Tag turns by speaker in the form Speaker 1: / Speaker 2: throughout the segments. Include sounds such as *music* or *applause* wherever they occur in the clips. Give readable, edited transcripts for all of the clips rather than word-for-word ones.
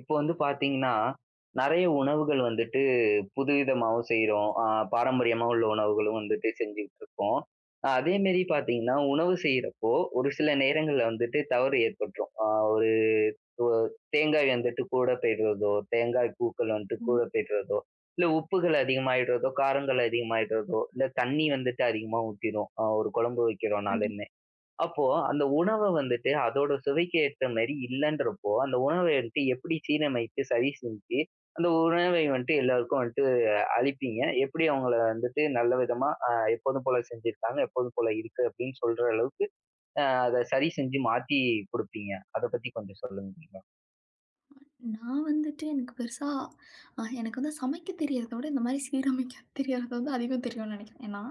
Speaker 1: இப்போ வந்து பார்த்தீங்கன்னா, நெறைய உணவுகள் வந்துட்டு புதுவிதமாவும் செய்றோம். பாரம்பரியமா உள்ள உணவுகளும் வந்துட்டு செஞ்சுகிட்டு இருக்கோம். அதேமாரி பார்த்தீங்கன்னா, உணவு செய்றப்போ ஒரு சில நேரங்கள்ல வந்துட்டு தவறு ஏற்பட்டுரும். ஒரு ஒ தேங்காய் வந்துட்டு கூட போயிடுறதோ, தேங்காய் பூக்கள் வந்துட்டு கூட
Speaker 2: ம்.
Speaker 1: போயிடுறதோ, இல்ல உப்புகள் அதிகமாயிடுறதோ, காரங்கள் அதிகமாயிடுறதோ, இல்ல தண்ணி வந்துட்டு அதிகமா ஊத்திரும். ஒரு குழம்பு
Speaker 2: கண்டிப்பா.
Speaker 1: வைக்கிறோம்னாலுமே. அப்போ அந்த உணவ வந்துட்டு அதோட சுவைக்கு ஏத்த மாரி இல்லன்றப்போ, அந்த உணவ வந்துட்டு எப்படி சீரமைத்து, சரி செஞ்சு, அந்த உணவை வந்துட்டு எல்லாருக்கும் வந்துட்டு அளிப்பீங்க? எப்படி அவங்கள வந்துட்டு நல்ல விதமா எப்போதும் போல செஞ்சிருக்காங்க, எப்போதும் போல இருக்கு அப்படின்னு சொல்ற அளவுக்கு அத சரி செஞ்சு மாத்தி குடுப்பீங்க? அத பத்தி கொஞ்சம் சொல்லுங்க.
Speaker 2: நான் வந்துட்டு எனக்கு பெருசா எனக்கு வந்து சமைக்க தெரியிறத விட, இந்த மாரி சீரமைக்க *laughs* தெரியிறது வந்து அதிகம் தெரியும்னு நெனைக்கிறேன். ஏன்னா,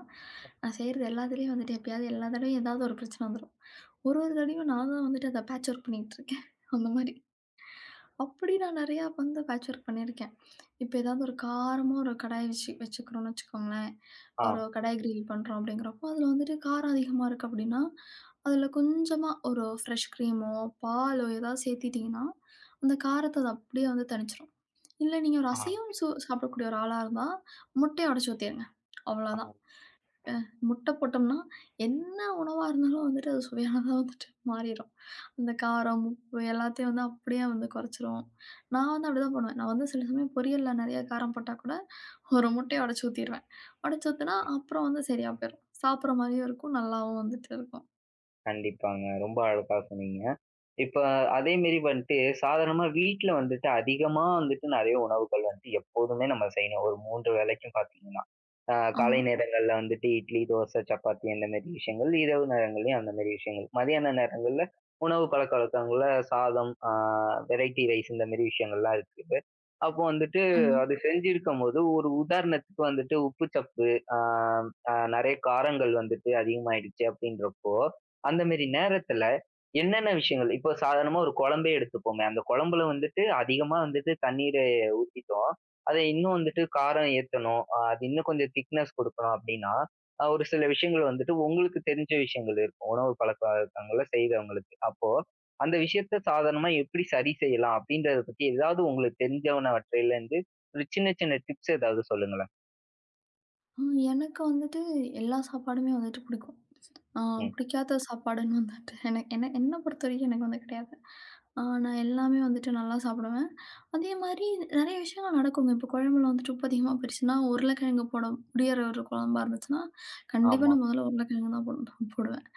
Speaker 2: நான் செய்றது எல்லாத்துலயும் வந்துட்டு எப்பயாவது எல்லா தடவையும் ஏதாவது ஒரு பிரச்சனை வந்துரும். ஒரு ஒரு தடவையும் நான் தான் வந்துட்டு அத பேட்ச் ஒர்க் பண்ணிக்கிட்டுருக்கேன். அந்த மாரி. அப்படி நான் நெறையா வந்து பேட்ச் ஒர்க் பண்ணியிருக்கேன். இப்ப ஏதாவது ஒரு காரமா ஒரு கடாய் வச்சுக்கிறோம்னு வச்சுக்கோங்களேன்.
Speaker 1: ஆ.
Speaker 2: ஒரு கடாய் கிரில் பண்றோம் அப்படிங்கிறப்போ, அதுல வந்துட்டு காரம் அதிகமா இருக்கு அப்படின்னா, அதுல கொஞ்சமா ஒரு ஃப்ரெஷ் கிரீமோ, பாலோ ஏதாவது சேர்த்துட்டீங்கன்னா, அந்த காரத்த அது அப்படியே வந்து தணிச்சுரும். இல்ல நீங்க ஒரு
Speaker 1: ஆ.
Speaker 2: அசைவம் சாப்பிடக்கூடிய ஒரு ஆளா இருந்தா, முட்டைய உடைச்சு ஊத்திருங்க.
Speaker 1: ஆ.
Speaker 2: அவ்வளோதான். அ முட்டை போட்டோம்னா, என்ன உணவா இருந்தாலும் வந்துட்டு அது சுவையானதா வந்துட்டு மாறிரும். அந்த காரம், உப்பு எல்லாத்தையும் வந்து அப்படியே வந்து குறைச்சிரும். நான் வந்து அப்படிதான் பண்ணுவேன். நான் வந்து சில சமயம் பொரியல்ல நெறைய காரம் போட்டா கூட, ஒரு முட்டைய உடைச்சு ஊத்திருவேன். உடைச்சு ஊத்துனா, அப்புறம் வந்து சரியா போயிரும். சாப்பிடுற மாரியும் இருக்கும், நல்லாவும் வந்துட்டு இருக்கும்.
Speaker 1: கண்டிப்பாங்க. ரொம்ப அழகா சொன்னீங்க. இப்ப அதே மாரி வந்துட்டு சாதாரணமா வீட்ல வந்துட்டு அதிகமா வந்துட்டு நெறைய உணவுகள் வந்துட்டு எப்போதுமே நம்ம செய்யணும். ஒரு 3 வேளைக்கும் பார்த்தீங்கன்னா,
Speaker 2: ஆமா,
Speaker 1: காலை நேரங்கள்ல வந்துட்டு இட்லி, தோசை, சப்பாத்தி அந்த மாரி விஷயங்கள். இரவு நேரங்கள்லயும் அந்த மாரி விஷயங்கள். மதியான நேரங்கள்ல உணவு பழக்கவழக்கங்கள்ல சாதம், வெரைட்டி ரைஸ் இந்த மாரி விஷயங்கள்லாம் இருக்குது. அப்போ வந்துட்டு
Speaker 2: ஆமா.
Speaker 1: அது செஞ்சிருக்கும்போது ஒரு உதாரணத்துக்கு வந்துட்டு உப்பு சப்பு, அ அ நெறைய காரங்கள் வந்துட்டு அதிகமாயிடுச்சு அப்படின்றப்போ, அந்த மாரி நேரத்துல, என்னென்ன விஷயங்கள் இப்போ சாதாரணமா ஒரு குழம்பே எடுத்துப்போமே, அந்த குழம்புல வந்துட்டு அதிகமா வந்துட்டு தண்ணீர ஊத்திட்டோம். அத இன்னும் வந்துட்டு காரம் ஏத்தணும். அது இன்னும் கொஞ்சம் திக்னஸ் குடுக்கணும் அப்டின்னா, ஒரு சில விஷயங்கள் வந்துட்டு உங்களுக்கு தெரிஞ்ச விஷயங்கள் இருக்கும். உணவு பழக்கவழக்கங்கள செய்றவங்களுக்கு. அப்போ அந்த விஷயத்த சாதாரணமா எப்படி சரி செய்யலாம் அப்டின்றத பத்தி ஏதாவது உங்களுக்கு தெரிஞ்சவனவற்றைலருந்து ஒரு சின்ன சின்ன டிப்ஸ் ஏதாவது சொல்லுங்களேன்?
Speaker 2: ஆ எனக்கு வந்துட்டு எல்லா சாப்பாடுமே வந்துட்டு பிடிக்கும். ஆ
Speaker 1: ம்.
Speaker 2: பிடிக்காத சாப்பாடுன்னு வந்துட்டு எனக்கு என்ன என்ன பொறுத்தவரைக்கும் எனக்கு வந்து கிடையாது. நான் எல்லாமே வந்துட்டு நல்லா சாப்பிடுவேன். அதே மாதிரி நிறைய விஷயங்கள் நடக்குங்க. இப்போ குழம்புல வந்துட்டு உப்பு அதிகமா போயிடுச்சுன்னா, உருளைக்கிழங்கு போட முடியிற ஒரு குழம்பா இருந்துச்சுன்னா, கண்டிப்பா
Speaker 1: ஆமா.
Speaker 2: நான் முதல்ல உருளைக்கிழங்கு தான் போடுவேன்.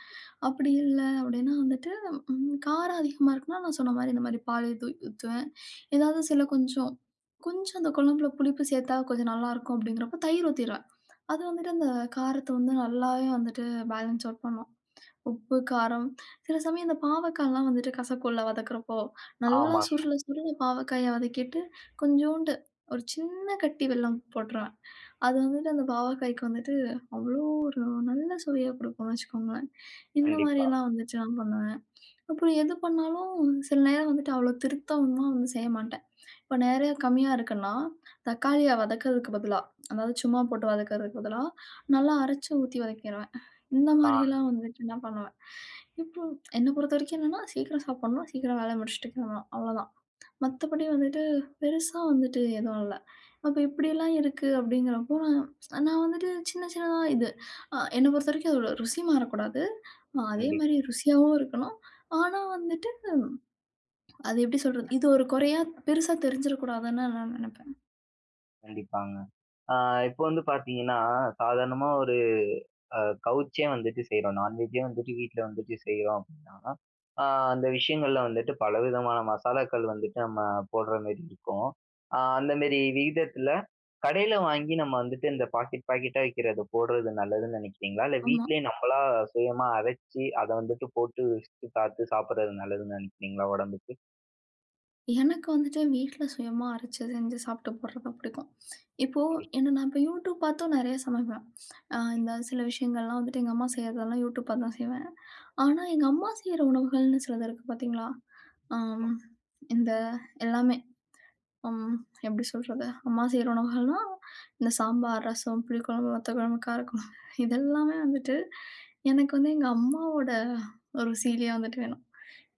Speaker 2: அப்படி இல்ல அப்படின்னா வந்துட்டு காரம் அதிகமா இருக்குன்னா, நான் சொன்ன மாரி இந்த மாதிரி பாலே தூவி ஊத்துவேன். ஏதாவது சில கொஞ்சம் கொஞ்சம் அந்த குழம்புல புளிப்பு சேர்த்தா கொஞ்சம் நல்லாயிருக்கும் அப்படிங்கிறப்போ தயிர் ஊத்திருவேன். அது வந்துட்டு அந்த காரத்த வந்து நல்லாவே வந்துட்டு பேலன்ஸ் அவுட் பண்ணும். உப்பு, காரம் சில சமயம் இந்த பாவக்காய்லாம் வந்துட்டு கசக்கும்ல வதக்குறப்போ, நல்லா
Speaker 1: ஆமா.
Speaker 2: சுருள சுருள பாவக்காய வதக்கிட்டு, கொஞ்சோண்டு ஒரு சின்ன கட்டி வெல்லம் போட்டுருவேன். அது வந்துட்டு அந்த பாவக்காய்க்கு வந்துட்டு அவ்வளோ ஒரு நல்ல சுவையா குடுக்கும்னு வச்சுக்கோங்களேன். இந்த
Speaker 1: கண்டிப்பா.
Speaker 2: மாரிலாம் வந்துட்டு நான் பண்ணுவேன். அப்புறம் எது பண்ணாலும் சில நேரம் வந்துட்டு அவ்வளோ திருத்தமா வந்து செய்ய மாட்டேன். இப்போ நிறைய கம்மியா இருக்குன்னா, தக்காளிய வதக்கறதுக்கு பதிலா, அதாவது சும்மா போட்டு வதக்கறதுக்கு பதிலா, நல்லா அரைச்சு ஊத்தி வதக்கிருவேன். இந்த
Speaker 1: ஆ.
Speaker 2: மாரிலாம் வந்துட்டு நான் பண்ணுவேன். இப்போ என்ன பொறுத்தவரைக்கும் என்னன்னா, சீக்கிரம் சாப்பிடணும், சீக்கிரம் வேலைய முடிச்சுட்டு கிளம்பணும். அவ்வளோதான்.
Speaker 1: ம்.
Speaker 2: மத்தபடி வந்துட்டு பெருசா வந்துட்டு எதுவும் இல்ல. அப்ப இப்படியெல்லாம் இருக்கு அப்படிங்கிறப்போ, நான் நான் வந்துட்டு சின்ன சின்னதா இது என்ன பொறுத்தவரைக்கும் அதோட ருசி மாறக்கூடாது. அதே
Speaker 1: கண்டிப்பா.
Speaker 2: மாரி ருசியாவும் இருக்கணும். ஆனா வந்துட்டு அது எப்படி சொல்றது? இது ஒரு குறையா பெருசா தெரிஞ்சிடக்கூடாதுன்னு நான் நெனைப்பேன்.
Speaker 1: கண்டிப்பாங்க. ஆ இப்போ வந்து பார்த்தீங்கன்னா, சாதாரணமா ஒரு அ கவுச்சே வந்துட்டு செய்றோம். நான்வெஜ்ஜே வந்துட்டு வீட்ல வந்துட்டு செய்றோம் அப்படின்னா, ஆ அந்த விஷயங்கள்ல வந்துட்டு பலவிதமான மசாலாக்கள் வந்துட்டு நம்ம போடுற மாரி இருக்கும். ஆ அந்த மாரி விகிதத்துல கடையில வாங்கி நம்ம வந்துட்டு இந்த பாக்கெட் பாக்கெட்டா விக்கிறத போடுறது நல்லதுன்னு நினைக்கிறீங்களா? இல்ல
Speaker 2: ஆமா.
Speaker 1: வீட்லயே நம்மளா சுயமா அரைச்சு அத வந்துட்டு போட்டு ருசிச்சு பார்த்து சாப்பிடுறது நல்லதுன்னு நினைக்கிறீங்களா உடம்புக்கு?
Speaker 2: எனக்கு வந்துட்டு வீட்ல சுயமா அரைச்சு செஞ்சு சாப்பிட்டு போடுறது தான் பிடிக்கும். இப்போ நான் இப்போ யூடியூப் பார்த்தும் நெறைய சமைப்பேன். இந்த சில விஷயங்கள்லாம் வந்துட்டு எங்க அம்மா செய்றதெல்லாம் யூடியூப் பார்த்து தான் செய்வேன். ஆனா, எங்க அம்மா செய்ற உணவுகள்னு சிலது இருக்கு பார்த்தீங்களா?
Speaker 1: கண்டிப்பா,
Speaker 2: அம் இந்த எல்லாமே ம் எப்படி சொல்றது? அம்மா செய்ற உணவுகள்னா, இந்த சாம்பார், ரசம், புளிக்குழம்பு, வத்த குழம்பு, காரக்குழம்பு இதெல்லாமே வந்துட்டு எனக்கு வந்து எங்க அம்மாவோட ருசியிலேயே வந்துட்டு வேணும்.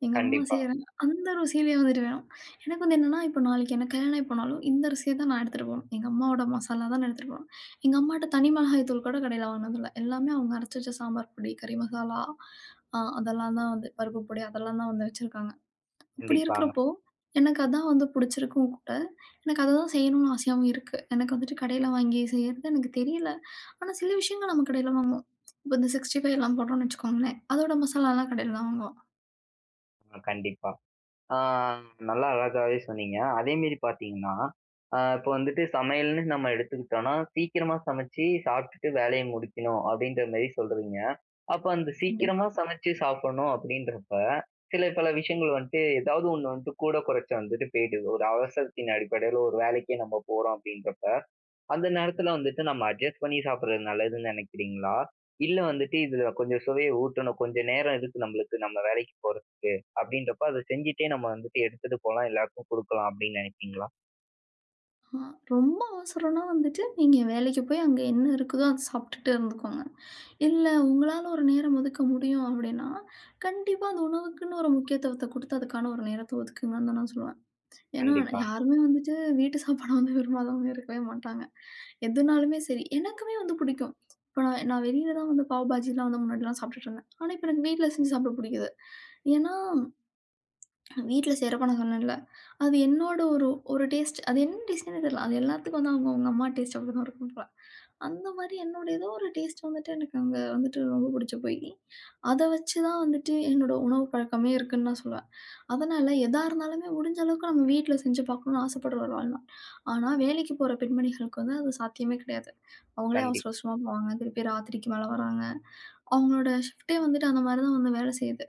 Speaker 2: எங்க அம்மா
Speaker 1: கண்டிப்பா
Speaker 2: செய்றாங்க. அந்த ருசியிலேயே வந்துட்டு வேணும். எனக்கு வந்து என்னன்னா, இப்போ நாளைக்கு எனக்கு கல்யாணம் ஆயி போனாலும், இந்த ருசிய தான் நான் எடுத்துட்டு போணும். எங்க அம்மாவோட மசாலா தான் நான் எடுத்துட்டு போணும். எங்க அம்மாட்ட தனி மிளகாய் தூள் கூட கடையில வாங்குனதில்ல. எல்லாமே அவங்க அரைச்சு வச்ச சாம்பார் பொடி, கறி மசாலா, அதெல்லாம் தான் வந்து பருப்பு பொடி அதெல்லாம் தான் வந்து வச்சிருக்காங்க. அப்படி
Speaker 1: கண்டிப்பாங்க.
Speaker 2: இருக்கிறப்போ, எனக்கு அதான் வந்து பிடிச்சிருக்கும் கூட. எனக்கு அததான் செய்யணும்னு ஆசையாவும் இருக்கு. எனக்கு வந்துட்டு கடையில வாங்கி செய்யறது எனக்கு தெரியல. ஆனா சில விஷயங்கள் நம்ம கடையில வாங்குவோம். இப்போ இந்த 65 எல்லாம் போட்டோம்னு வச்சுக்கோங்களேன், அதோட மசாலாலாம் கடையில தான் வாங்குவோம்.
Speaker 1: கண்டிப்பா. ஆ நல்லா அழகாவே சொன்னீங்க. அதேமாரி பார்த்தீங்கன்னா, இப்போ வந்துட்டு சமையல்ன்னு நம்ம எடுத்துக்கிட்டோம்னா, சீக்கிரமா சமைச்சு சாப்பிட்டுட்டு வேலைய முடிக்கணும் அப்படின்ற மாரி சொல்றீங்க. அப்ப அந்த
Speaker 2: கண்டிப்பா.
Speaker 1: சீக்கிரமா சமைச்சு சாப்பிடணும் அப்படின்றப்ப, சில பல விஷயங்கள் வந்துட்டு ஏதாவது ஒண்ணு வந்துட்டு கூட குறைச்ச வந்துட்டு போயிடுது. ஒரு அவசரத்தின் அடிப்படையில ஒரு வேலைக்கே நம்ம போறோம் அப்படின்றப்ப. அந்த நேரத்துல வந்துட்டு நம்ம அட்ஜஸ்ட் பண்ணி சாப்பிடுறது நல்லதுன்னு நினைக்கிறீங்களா? இல்ல வந்துட்டு இதுல கொஞ்சம் சுவைய ஊட்டணும். கொஞ்சம் நேரம் இருக்கு நம்மளுக்கு நம்ம வேலைக்கு போறதுக்கு அப்படின்றப்ப அத செஞ்சுட்டே நம்ம வந்துட்டு எடுத்துட்டு போலாம். எல்லாருக்கும் குடுக்கலாம் அப்படின்னு நினைப்பீங்களா?
Speaker 2: ஆ ரொம்ப அவசரம்னா வந்துட்டு, நீங்க வேலைக்கு போய் அங்க என்ன இருக்குதோ அத சாப்பிட்டுட்டு இருந்துக்கோங்க. இல்ல உங்களால ஒரு நேரம் ஒதுக்க முடியும் அப்படின்னா, கண்டிப்பா அந்த உணவுக்குன்னு ஒரு முக்கியத்துவத்த குடுத்து அதுக்கான ஒரு நேரத்த ஒதுக்குங்கன்னு தான் நான் சொல்லுவேன். ஏன்னா
Speaker 1: கண்டிப்பா.
Speaker 2: யாருமே வந்துட்டு வீட்டு சாப்பாட வந்து விரும்பாதவங்க இருக்கவே மாட்டாங்க. எதுனாலுமே சரி, எனக்குமே வந்து பிடிக்கும். இப்ப நான் நான் வெளியில தான் வந்து பாவ் பாஜிலாம் வந்து முன்னாடிலாம் சாப்பிட்டுட்டு இருந்தேன். ஆனா இப்ப எனக்கு வீட்ல செஞ்சு சாப்பிட பிடிக்குது. ஏன்னா வீட்ல செய்றப்ப நான் சொன்னேன்ல, அது என்னோட ஒரு ஒரு டேஸ்ட். அது என்ன டேஸ்ட்னே தெரியல. அது எல்லாத்துக்கும் வந்து அவங்க அவங்க அம்மா டேஸ்ட் அப்படிதான் இருக்கும் போல. அந்த மாரி என்னோட ஏதோ ஒரு டேஸ்ட் வந்துட்டு எனக்கு அங்க வந்துட்டு ரொம்ப பிடிச்சு போயி, அத வச்சு தான் வந்துட்டு என்னோட உணவு பழக்கமே இருக்குன்னு நான் சொல்லுவேன். அதனால எதா இருந்தாலுமே முடிஞ்ச அளவுக்கு நம்ம வீட்ல செஞ்சு பார்க்கணும்னு ஆசைப்படுற ஒரு ஆள் நான். ஆனா வேலைக்கு போற பெண்மணிகளுக்கு வந்து அது சாத்தியமே கிடையாது. அவங்களே
Speaker 1: கண்டி
Speaker 2: அவசர அவசரமா போவாங்க. திருப்பி ராத்திரிக்கு மேல வராங்க. அவங்களோட ஷிஃப்ட்டே வந்துட்டு அந்த மாரி தான் வந்து வேலை செய்யுது.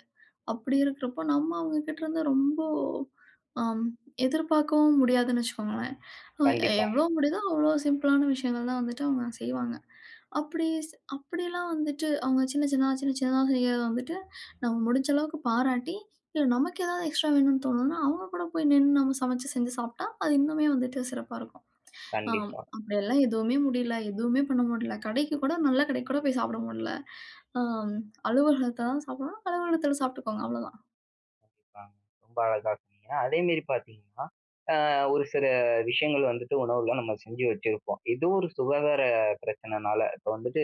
Speaker 2: அப்படி இருக்கிறப்போ, நம்ம அவங்க கிட்ட இருந்து ரொம்ப அம் எதிர்பார்க்கவும் முடியாதுன்னு வச்சுக்கோங்களேன். அ
Speaker 1: கண்டிப்பா,
Speaker 2: எவ்வளோ முடியுதோ அவ்வளோ சிம்பிளான விஷயங்கள் தான் வந்துட்டு அவங்க செய்வாங்க. அப்படிலாம் வந்துட்டு அவங்க சின்ன சின்னதா சின்ன சின்னதா செய்யறத வந்துட்டு, நம்ம முடிஞ்ச அளவுக்கு பாராட்டி, இல்ல நமக்கு ஏதாவது எக்ஸ்ட்ரா வேணும்னு தோணுதுன்னா, அவங்க கூட போய் நின்னு நம்ம சமைச்சு செஞ்சு சாப்பிட்டா, அது இன்னுமே வந்துட்டு சிறப்பா இருக்கும். ஆம்
Speaker 1: கண்டிப்பா,
Speaker 2: அப்படியெல்லாம் எதுவுமே முடியல, எதுவுமே பண்ண முடியல. கடைக்கு கூட கடைக்கு கூட போய் சாப்பிட முடியல. ஆம் அலுவலகத்துல தான் சாப்பிடணும், அலுவலகத்துல சாப்பிட்டுக்கோங்க அவ்வளோதான்.
Speaker 1: கண்டிப்பாங்க. ரொம்ப அழகா சொன்னீங்க. அதே மாரி பார்த்தீங்கன்னா, அ ஒரு சில விஷயங்கள் வந்துட்டு உணவுல நம்ம செஞ்சு வச்சிருப்போம். ஏதோ ஒரு சுகாதார பிரச்சனைனால இப்ப வந்துட்டு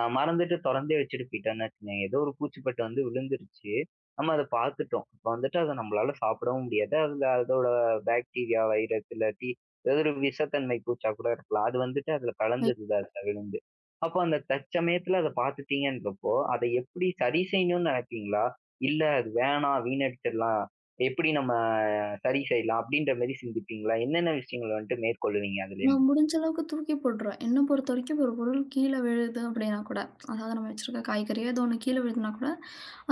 Speaker 1: மறந்துட்டு தொறந்தே வச்சுட்டு போயிட்டோம்ன்னு வச்சுக்கோங்க. ஏதோ ஒரு பூச்சிப்பட்டு வந்து விழுந்துருச்சு. நம்ம அத பார்த்துட்டோம். அப்ப வந்துட்டு அத நம்மளால சாப்பிடவும் முடியாது. அதுல அதோட பாக்டீரியா, வைரஸ் இல்லாட்டி ஏதோ ஒரு விஷத்தன்மை பூச்சா கூட இருக்கலாம். அது வந்துட்டு அதுல கலந்துருது அதுல விழுந்து. அப்போ அந்த தற்சமயத்துல அத பார்த்துட்டீங்கன்றப்போ, அத எப்படி சரி செய்யணும்னு நினைப்பீங்களா? இல்ல அது வேணாம் வீணடிச்சிடலாம். எப்படி நம்ம சரி செய்யலாம்? அப்படின்ற மாரி சிந்திப்பீங்களா? என்னென்ன விஷயங்கள வந்துட்டு மேற்கொள்ளுவீங்க
Speaker 2: நான்
Speaker 1: அதுலேருந்து?
Speaker 2: முடிஞ்ச அளவுக்கு தூக்கி போட்டுருவேன். என்ன பொறுத்தவரைக்கும் ஒரு பொருள் கீழ விழுது அப்படின்னா கூட, அதாவது நம்ம வச்சிருக்க காய்கறியோ ஏதோ ஒண்ணு கீழ விழுதுன்னா கூட,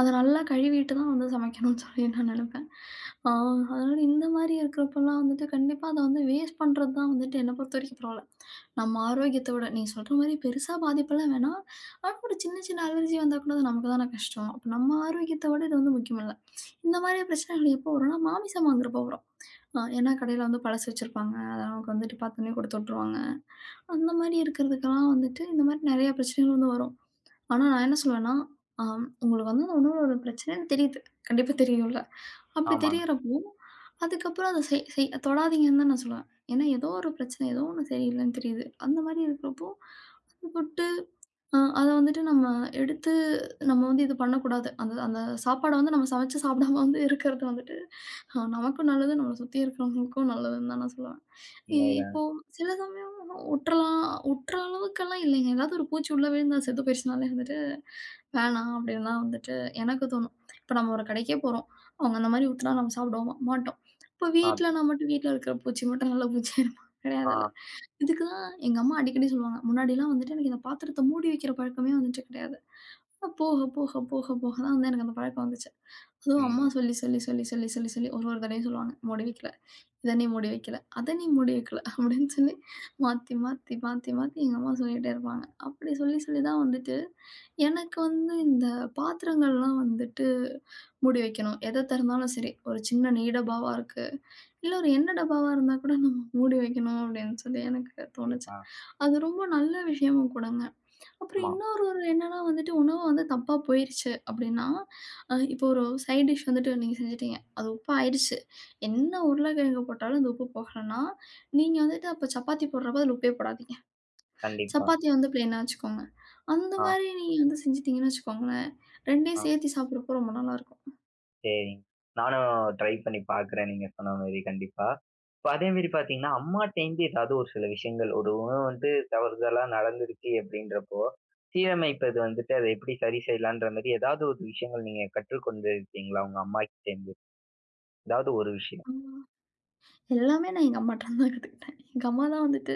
Speaker 2: அத நல்லா கழுவிட்டு தான் வந்து சமைக்கணும்னு சொல்லி நான் நினைப்பேன். ஆ அதனால இந்த மாரி இருக்கிறப்பலாம் வந்துட்டு கண்டிப்பா அத வந்து வேஸ்ட் பண்றது தான் வந்துட்டு என்ன பொறுத்தவரைக்கும் பரவால்ல. நம்ம ஆரோக்கியத்த விட நீ சொல்ற மாரி பெருசா பாதிப்பெல்லாம் வேணாம். ஆனா ஒரு சின்ன சின்ன அலர்ஜி வந்தா கூட அது நமக்கு தானே கஷ்டம். அப்ப நம்ம ஆரோக்கியத்த விட இது வந்து முக்கியம் இல்ல. இந்த மாரி பிரச்சனைகள் எப்போ வரும்னா, மாமிசம் வாங்குறப்போ வரும். ஏன்னா கடையில வந்து பழசு வச்சிருப்பாங்க. நமக்கு வந்துட்டு பார்த்தோன்னே கொடுத்து விட்டுருவாங்க. அந்த மாரி இருக்கிறதுக்கெல்லாம் வந்துட்டு, இந்த மாரி நெறைய பிரச்சனைகள் வந்து வரும். ஆனா நான் என்ன சொல்லுவேன்னா, ஆம் உங்களுக்கு வந்து அந்த உணவோட பிரச்சனைன்னு தெரியுது. கண்டிப்பா தெரியும்ல. அப்படி
Speaker 1: ஆமாங்க.
Speaker 2: தெரியறப்போ, அதுக்கப்புறம் அத செய் செய் தொடாதீங்கன்னு தான் நான் சொல்லுவேன். ஏன்னா ஏதோ ஒரு பிரச்சனை, ஏதோ ஒண்ணு சரியில்லன்னு தெரியுது. அந்த மாரி இருக்கிறப்போ தொட்டு அத வந்துட்டு நம்ம எடுத்து நம்ம வந்து இது பண்ணக்கூடாது. அந்த அந்த சாப்பாட வந்து நம்ம சமைச்சு சாப்பிடாம வந்து இருக்கிறது வந்துட்டு நமக்கும் நல்லது, நம்மள சுத்தி இருக்கிறவங்களுக்கும் நல்லதுன்னு தான் நான் சொல்லுவேன்.
Speaker 1: உண்மைதான்.
Speaker 2: இப்போ சில சமயம் உட்றலாம் உட்ற அளவுக்கெல்லாம் இல்லைங்க. ஏதாவது ஒரு பூச்சி உள்ள விழுந்து அது செத்து போயிருச்சுனாலே வந்துட்டு வேணாம் அப்படின்னு தான் வந்துட்டு எனக்கு தோணும். இப்ப நம்ம ஒரு கடைக்கே போறோம். அவங்க அந்த மாரி ஊத்துனா நம்ம சாப்பிடுவோமா? மாட்டோம். இப்ப
Speaker 1: ஆ.
Speaker 2: வீட்ல நான் மட்டும் வீட்ல இருக்கிற பூச்சி மட்டும் நல்ல பூச்சியா இருப்பான் *laughs*
Speaker 1: ஆ,
Speaker 2: கிடையாதுல்ல. இதுக்கு தான் எங்க அம்மா அடிக்கடி சொல்லுவாங்க. முன்னாடிலாம் வந்துட்டு எனக்கு இந்த பாத்திரத்த மூடி வைக்கிற பழக்கமே வந்துட்டு கிடையாது. ஆனா போக, போக, போக, போக தான் வந்து எனக்கு அந்த பழக்கம் வந்துச்சு. அதுவும் அம்மா
Speaker 1: ம்.
Speaker 2: சொல்லி, சொல்லி, சொல்லி, சொல்லி, சொல்லி, சொல்லி ஒரு ஒரு தடவையும் சொல்லுவாங்க. "மூடி வைக்கல. இத நீ மூடி வைக்கல. அத நீ மூடி வைக்கல." அப்படின்னு சொல்லி மாத்தி, மாத்தி, மாத்தி, மாத்தி எங்க அம்மா சொல்லிட்டே இருப்பாங்க. அப்படி சொல்லி, சொல்லி தான் வந்துட்டு எனக்கு வந்து இந்த பாத்திரங்கள்லாம் வந்துட்டு மூடி வைக்கணும். எத திறந்தாலும் சரி, ஒரு சின்ன நீடப்பாவா இருக்கு. இல்ல ஒரு எண்ணெய் டப்பாவா இருந்தா கூட நம்ம மூடி வைக்கணும் அப்படின்னு சொல்லி எனக்கு தோணுச்சு.
Speaker 1: கண்டிப்பா.
Speaker 2: அது ரொம்ப நல்ல விஷயமும் கூடங்க. அப்புறம்
Speaker 1: ஆமா.
Speaker 2: ஒரு என்னன்னா வந்துட்டு, உணவு வந்து தப்பா போயிருச்சு அப்படின்னா, இப்போ ஒரு சைட் டிஷ் வந்துட்டு நீங்க செஞ்சுட்டீங்க. அது உப்பு ஆயிடுச்சு. என்ன உருளைக்கிழங்கு போட்டாலும் அந்த உப்பு போகலன்னா, நீங்க வந்துட்டு அப்ப சப்பாத்தி போடுறப்ப அதில உப்பே போடாதீங்க.
Speaker 1: கண்டிப்பா.
Speaker 2: சப்பாத்திய வந்து பிளெயினா வச்சுக்கோங்க. அந்த
Speaker 1: ஆ,
Speaker 2: மாரி நீங்க வந்து செஞ்சுட்டீங்கன்னு வச்சுக்கோங்களேன்,
Speaker 1: ஆ
Speaker 2: 2யும் சேர்த்து சாப்பிடுறப்போ ரொம்ப நல்லாயிருக்கும்.
Speaker 1: சரிங்க. நானும் ட்ரை பண்ணி பார்க்குறேன் நீங்க சொன்ன மாரி கண்டிப்பா. இப்ப அதே மாரி பார்த்தீங்கன்னா, அம்மாட்டேருந்து ஏதாவது ஒரு சில விஷயங்கள் ஒரு உணவு வந்து தவறுதலா நடந்துருச்சு அப்படின்றப்போ, சீரமைப்பது வந்துட்டு அத எப்படி சரி செய்யலான்ற மாரி ஏதாவது ஒரு விஷயங்கள் நீங்க கற்றுக்கொண்டு இருக்கீங்களா? உங்க அம்மாகிட்டேருந்து? ஏதாவது ஒரு விஷயம்.
Speaker 2: எல்லாமே நான் எங்க அம்மாட்டருந்து தான் கத்துக்கிட்டேன். எங்க அம்மா தான் வந்துட்டு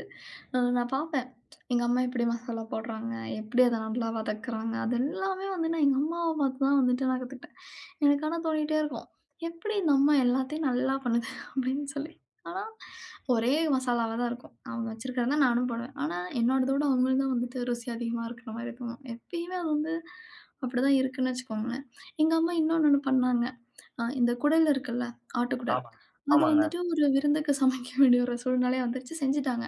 Speaker 2: நான் பார்ப்பேன். எங்க அம்மா எப்படி மசாலா போடுறாங்க? எப்படி அத நல்லா வதக்குறாங்க? அது எல்லாமே வந்து நான் எங்க அம்மாவ பார்த்து தான் வந்துட்டு நான் கத்துக்கிட்டேன். எனக்கு ஆனா தோணிட்டே இருக்கும். எப்படி இந்த அம்மா எல்லாத்தையும் நல்லா பண்ணுது? *laughs* அப்படின்னு சொல்லி. ஆனா, ஒரே மசாலாவா தான் இருக்கும். அவங்க வச்சிருக்கிறத நானும் போடுவேன். ஆனா, என்னோடத விட அவங்களுது தான் வந்துட்டு ருசி அதிகமா இருக்கிற மாரி தோணும். எப்பயுமே அது வந்து அப்படிதான் இருக்குன்னு வச்சுக்கோங்களேன். எங்க அம்மா ஒண்ணு பண்ணாங்க. இந்த குடல் இருக்குல்ல, ஆட்டுக்குடல்.
Speaker 1: ஆமாங்க.
Speaker 2: அது
Speaker 1: ஆமாங்க.
Speaker 2: வந்துட்டு ஒரு விருந்துக்கு சமைக்க வேண்டிய ஒரு சூழ்நிலை வந்துருச்சு, செஞ்சுட்டாங்க.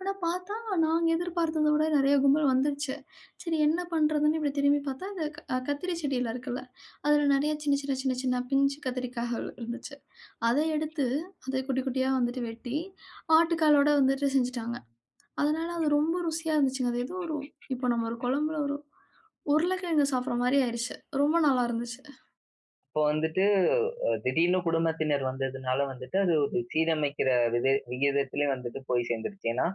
Speaker 2: ஆனா பார்த்தா, நாங்க எதிர்பார்த்தத விட நெறைய கும்பல் வந்துருச்சு. சரி என்ன பண்றதுன்னு இப்படி திரும்பி பார்த்தா, அந்த க கத்திரி செடியில இருக்குல்ல, அதில நெறைய சின்ன, சின்ன, சின்ன, சின்ன பிஞ்சு கத்திரிக்காய்கள் இருந்துச்சு. அத எடுத்து, அத குட்டி குட்டியா வந்துட்டு வெட்டி, ஆட்டுக்காலோட வந்துட்டு செஞ்சுட்டாங்க. அதனால அது ரொம்ப ருசியா இருந்துச்சுங்க. அது ஏதோ ஒரு இப்போ நம்ம ஒரு குழம்புல ஒரு உருளைக்கிழங்கு சாப்பிடுற மாரி ஆயிருச்சு. ரொம்ப நல்லா இருந்துச்சு.
Speaker 1: இப்போ வந்துட்டு திடீர்னு குடும்பத்தினர் வந்ததுனால வந்துட்டு, அது ஒரு சீரமைக்கிற வித விகிதத்திலே வந்துட்டு போய் சேர்ந்துருச்சு. ஏன்னா,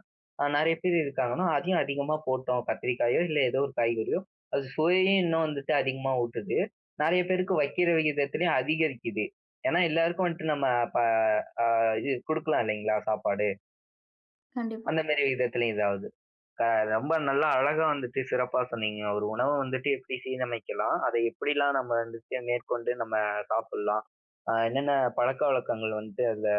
Speaker 1: நெறைய பேர் இருக்காங்கன்னா, அதையும் அதிகமா போட்டோம். கத்திரிக்காயோ, இல்ல ஏதோ ஒரு காய்கறியோ, அது சுவையும் இன்னும் வந்துட்டு அதிகமா ஊட்டுது. நெறைய பேருக்கு வைக்கிற விகிதத்திலயும் அதிகரிக்குது. ஏன்னா எல்லாருக்கும் வந்துட்டு நம்ம ப அ இது குடுக்கலாம் இல்லைங்களா சாப்பாடு.
Speaker 2: கண்டிப்பா.
Speaker 1: அந்த மாரி விதத்திலயும் இதாவுது. அ ரொம்ப நல்லா அழகா வந்துட்டு சிறப்பா சொன்னீங்க. ஒரு உணவ வந்துட்டு எப்படி சீரமைக்கலாம், அதை எப்படிலாம் நம்ம வந்துட்டு மேற்கொண்டு நம்ம சாப்பிடலாம். என்னென்ன பழக்கவழக்கங்கள் வந்துட்டு அதுல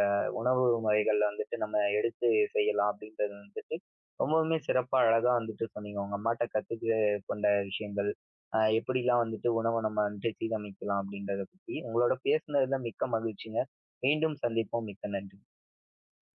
Speaker 1: உணவு முறைகள்ல வந்துட்டு நம்ம எடுத்து செய்யலாம் அப்படின்றது வந்துட்டு, ரொம்பவுமே சிறப்பா அழகா வந்துட்டு சொன்னீங்க. உங்க அம்மாட்ட கத்துக்க கொண்ட விஷயங்கள், எப்படிலாம் வந்துட்டு உணவ நம்ம வந்துட்டு சீரமைக்கலாம் அப்படின்றத பத்தி. உங்களோட பேசுனதுல மிக்க மகிழ்ச்சிங்க. மீண்டும் சந்திப்போம். மிக்க நன்றி.